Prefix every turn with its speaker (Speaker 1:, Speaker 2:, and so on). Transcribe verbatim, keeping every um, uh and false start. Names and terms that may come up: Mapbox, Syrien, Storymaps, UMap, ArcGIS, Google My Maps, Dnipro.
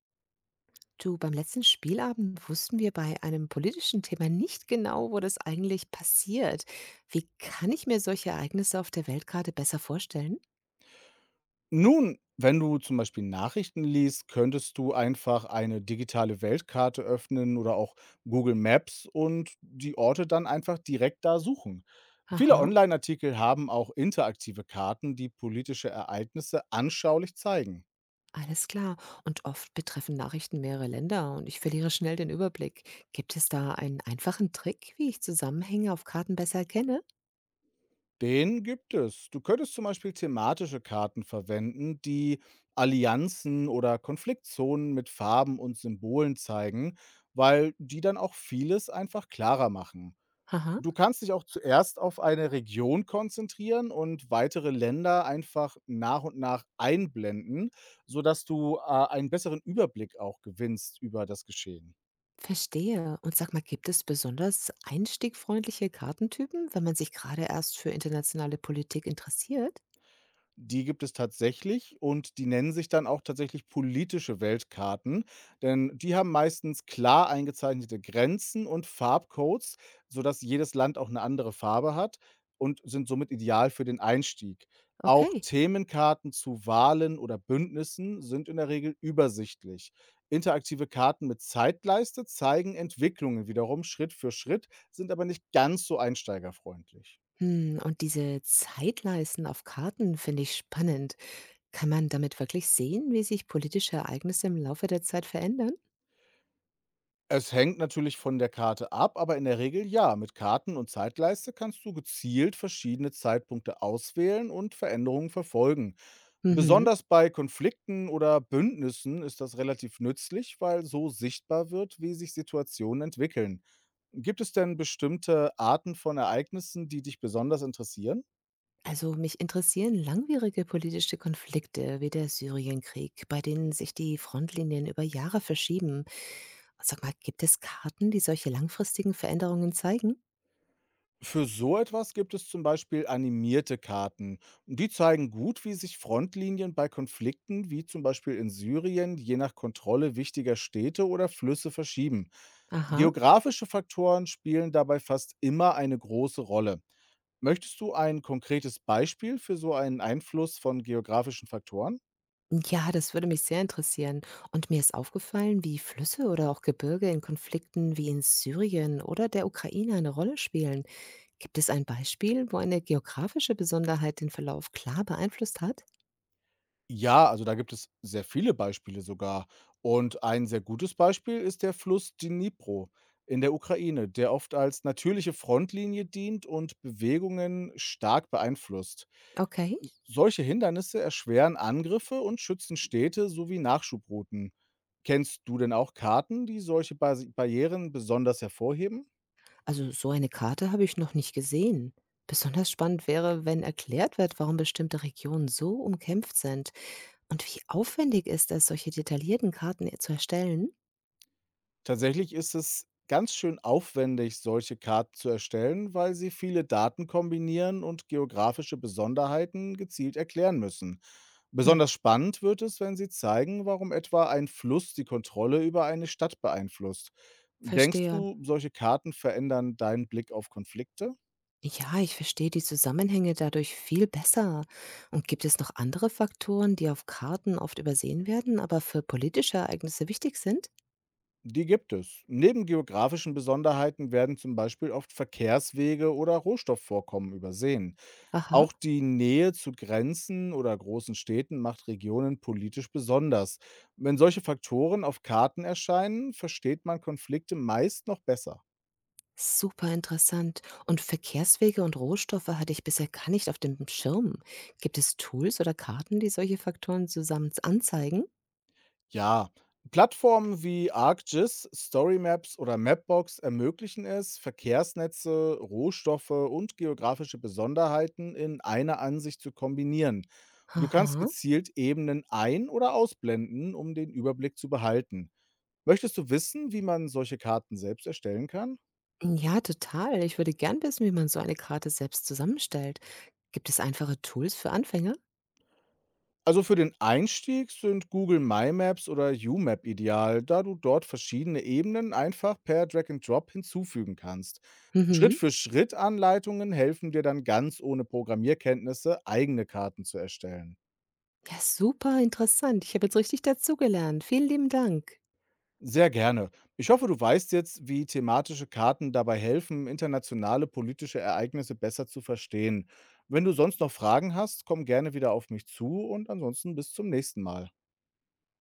Speaker 1: Du, beim letzten Spielabend wussten wir bei einem politischen Thema nicht genau, wo das eigentlich passiert. Wie kann ich mir solche Ereignisse auf der Weltkarte besser vorstellen?
Speaker 2: Nun, wenn du zum Beispiel Nachrichten liest, könntest du einfach eine digitale Weltkarte öffnen oder auch Google Maps und die Orte dann einfach direkt da suchen. Viele
Speaker 1: Aha,
Speaker 2: Online-Artikel haben auch interaktive Karten, die politische Ereignisse anschaulich zeigen.
Speaker 1: alles klar. Und oft betreffen Nachrichten mehrere Länder und ich verliere schnell den Überblick. Gibt es da einen einfachen Trick, wie ich Zusammenhänge auf Karten besser erkenne?
Speaker 2: Den gibt es. Du könntest zum Beispiel thematische Karten verwenden, die Allianzen oder Konfliktzonen mit Farben und Symbolen zeigen, weil die dann auch vieles einfach klarer machen.
Speaker 1: Aha,
Speaker 2: Du kannst dich auch zuerst auf eine Region konzentrieren und weitere Länder einfach nach und nach einblenden, sodass du, äh, einen besseren Überblick auch gewinnst über das Geschehen.
Speaker 1: verstehe. Und sag mal, gibt es besonders einstiegfreundliche Kartentypen, wenn man sich gerade erst für internationale Politik interessiert?
Speaker 2: Die gibt es tatsächlich und die nennen sich dann auch tatsächlich politische Weltkarten, denn die haben meistens klar eingezeichnete Grenzen und Farbcodes, sodass jedes Land auch eine andere Farbe hat und sind somit ideal für den Einstieg. Auch
Speaker 1: Okay.
Speaker 2: Themenkarten zu Wahlen oder Bündnissen sind in der Regel übersichtlich. Interaktive Karten mit Zeitleiste zeigen Entwicklungen wiederum Schritt für Schritt, sind aber nicht ganz so einsteigerfreundlich.
Speaker 1: Hm, und diese Zeitleisten auf Karten finde ich spannend. Kann man damit wirklich sehen, wie sich politische Ereignisse im Laufe der Zeit verändern?
Speaker 2: Es hängt natürlich von der Karte ab, aber in der Regel ja. Mit Karten und Zeitleiste kannst du gezielt verschiedene Zeitpunkte auswählen und Veränderungen verfolgen.
Speaker 1: Mhm.
Speaker 2: Besonders bei Konflikten oder Bündnissen ist das relativ nützlich, weil so sichtbar wird, wie sich Situationen entwickeln. Gibt es denn bestimmte Arten von Ereignissen, die dich besonders interessieren?
Speaker 1: Also mich interessieren langwierige politische Konflikte wie der Syrienkrieg, bei denen sich die Frontlinien über Jahre verschieben. Sag mal, gibt es Karten, die solche langfristigen Veränderungen zeigen?
Speaker 2: Für so etwas gibt es zum Beispiel animierte Karten. Die zeigen gut, wie sich Frontlinien bei Konflikten, wie zum Beispiel in Syrien, je nach Kontrolle wichtiger Städte oder Flüsse verschieben.
Speaker 1: Aha.
Speaker 2: Geografische Faktoren spielen dabei fast immer eine große Rolle. Möchtest du ein konkretes Beispiel für so einen Einfluss von geografischen Faktoren?
Speaker 1: Ja, das würde mich sehr interessieren. Und mir ist aufgefallen, wie Flüsse oder auch Gebirge in Konflikten wie in Syrien oder der Ukraine eine Rolle spielen. Gibt es ein Beispiel, wo eine geografische Besonderheit den Verlauf klar beeinflusst hat?
Speaker 2: Ja, also da gibt es sehr viele Beispiele sogar. Und ein sehr gutes Beispiel ist der Fluss Dnipro in der Ukraine, der oft als natürliche Frontlinie dient und Bewegungen stark beeinflusst.
Speaker 1: Okay,
Speaker 2: S- Solche Hindernisse erschweren Angriffe und schützen Städte sowie Nachschubrouten. Kennst du denn auch Karten, die solche Basi- Barrieren besonders hervorheben?
Speaker 1: also so eine Karte habe ich noch nicht gesehen. Besonders spannend wäre, wenn erklärt wird, warum bestimmte Regionen so umkämpft sind, und wie aufwendig ist es, solche detaillierten Karten zu erstellen.
Speaker 2: Tatsächlich ist es ganz schön aufwendig, solche Karten zu erstellen, weil sie viele Daten kombinieren und geografische Besonderheiten gezielt erklären müssen.
Speaker 1: Hm,
Speaker 2: Besonders spannend wird es, wenn sie zeigen, warum etwa ein Fluss die Kontrolle über eine Stadt beeinflusst. Denkst
Speaker 1: verstehe.
Speaker 2: du, solche Karten verändern deinen Blick auf Konflikte?
Speaker 1: Ja, ich verstehe die Zusammenhänge dadurch viel besser. Und gibt es noch andere Faktoren, die auf Karten oft übersehen werden, aber für politische Ereignisse wichtig sind?
Speaker 2: Die gibt es. Neben geografischen Besonderheiten werden zum Beispiel oft Verkehrswege oder Rohstoffvorkommen übersehen.
Speaker 1: Aha.
Speaker 2: Auch die Nähe zu Grenzen oder großen Städten macht Regionen politisch besonders. Wenn solche Faktoren auf Karten erscheinen, versteht man Konflikte meist noch besser.
Speaker 1: Super interessant. Und Verkehrswege und Rohstoffe hatte ich bisher gar nicht auf dem Schirm. Gibt es Tools oder Karten, die solche Faktoren zusammen anzeigen?
Speaker 2: Ja, Plattformen wie ArcGIS, Storymaps oder Mapbox ermöglichen es, Verkehrsnetze, Rohstoffe und geografische Besonderheiten in einer Ansicht zu kombinieren. Du kannst
Speaker 1: Aha.
Speaker 2: gezielt Ebenen ein- oder ausblenden, um den Überblick zu behalten. Möchtest du wissen, wie man solche Karten selbst erstellen kann?
Speaker 1: Ja, total. Ich würde gern wissen, wie man so eine Karte selbst zusammenstellt. Gibt es einfache Tools für Anfänger?
Speaker 2: Also für den Einstieg sind Google My Maps oder UMap ideal, da du dort verschiedene Ebenen einfach per Drag and Drop hinzufügen kannst. Schritt
Speaker 1: Mhm.
Speaker 2: für Schritt Anleitungen helfen dir dann ganz ohne Programmierkenntnisse eigene Karten zu erstellen.
Speaker 1: Ja, super interessant. Ich habe jetzt richtig dazugelernt. Vielen lieben Dank.
Speaker 2: Sehr gerne. Ich hoffe, du weißt jetzt, wie thematische Karten dabei helfen, internationale politische Ereignisse besser zu verstehen. Wenn du sonst noch Fragen hast, komm gerne wieder auf mich zu und ansonsten bis zum nächsten Mal.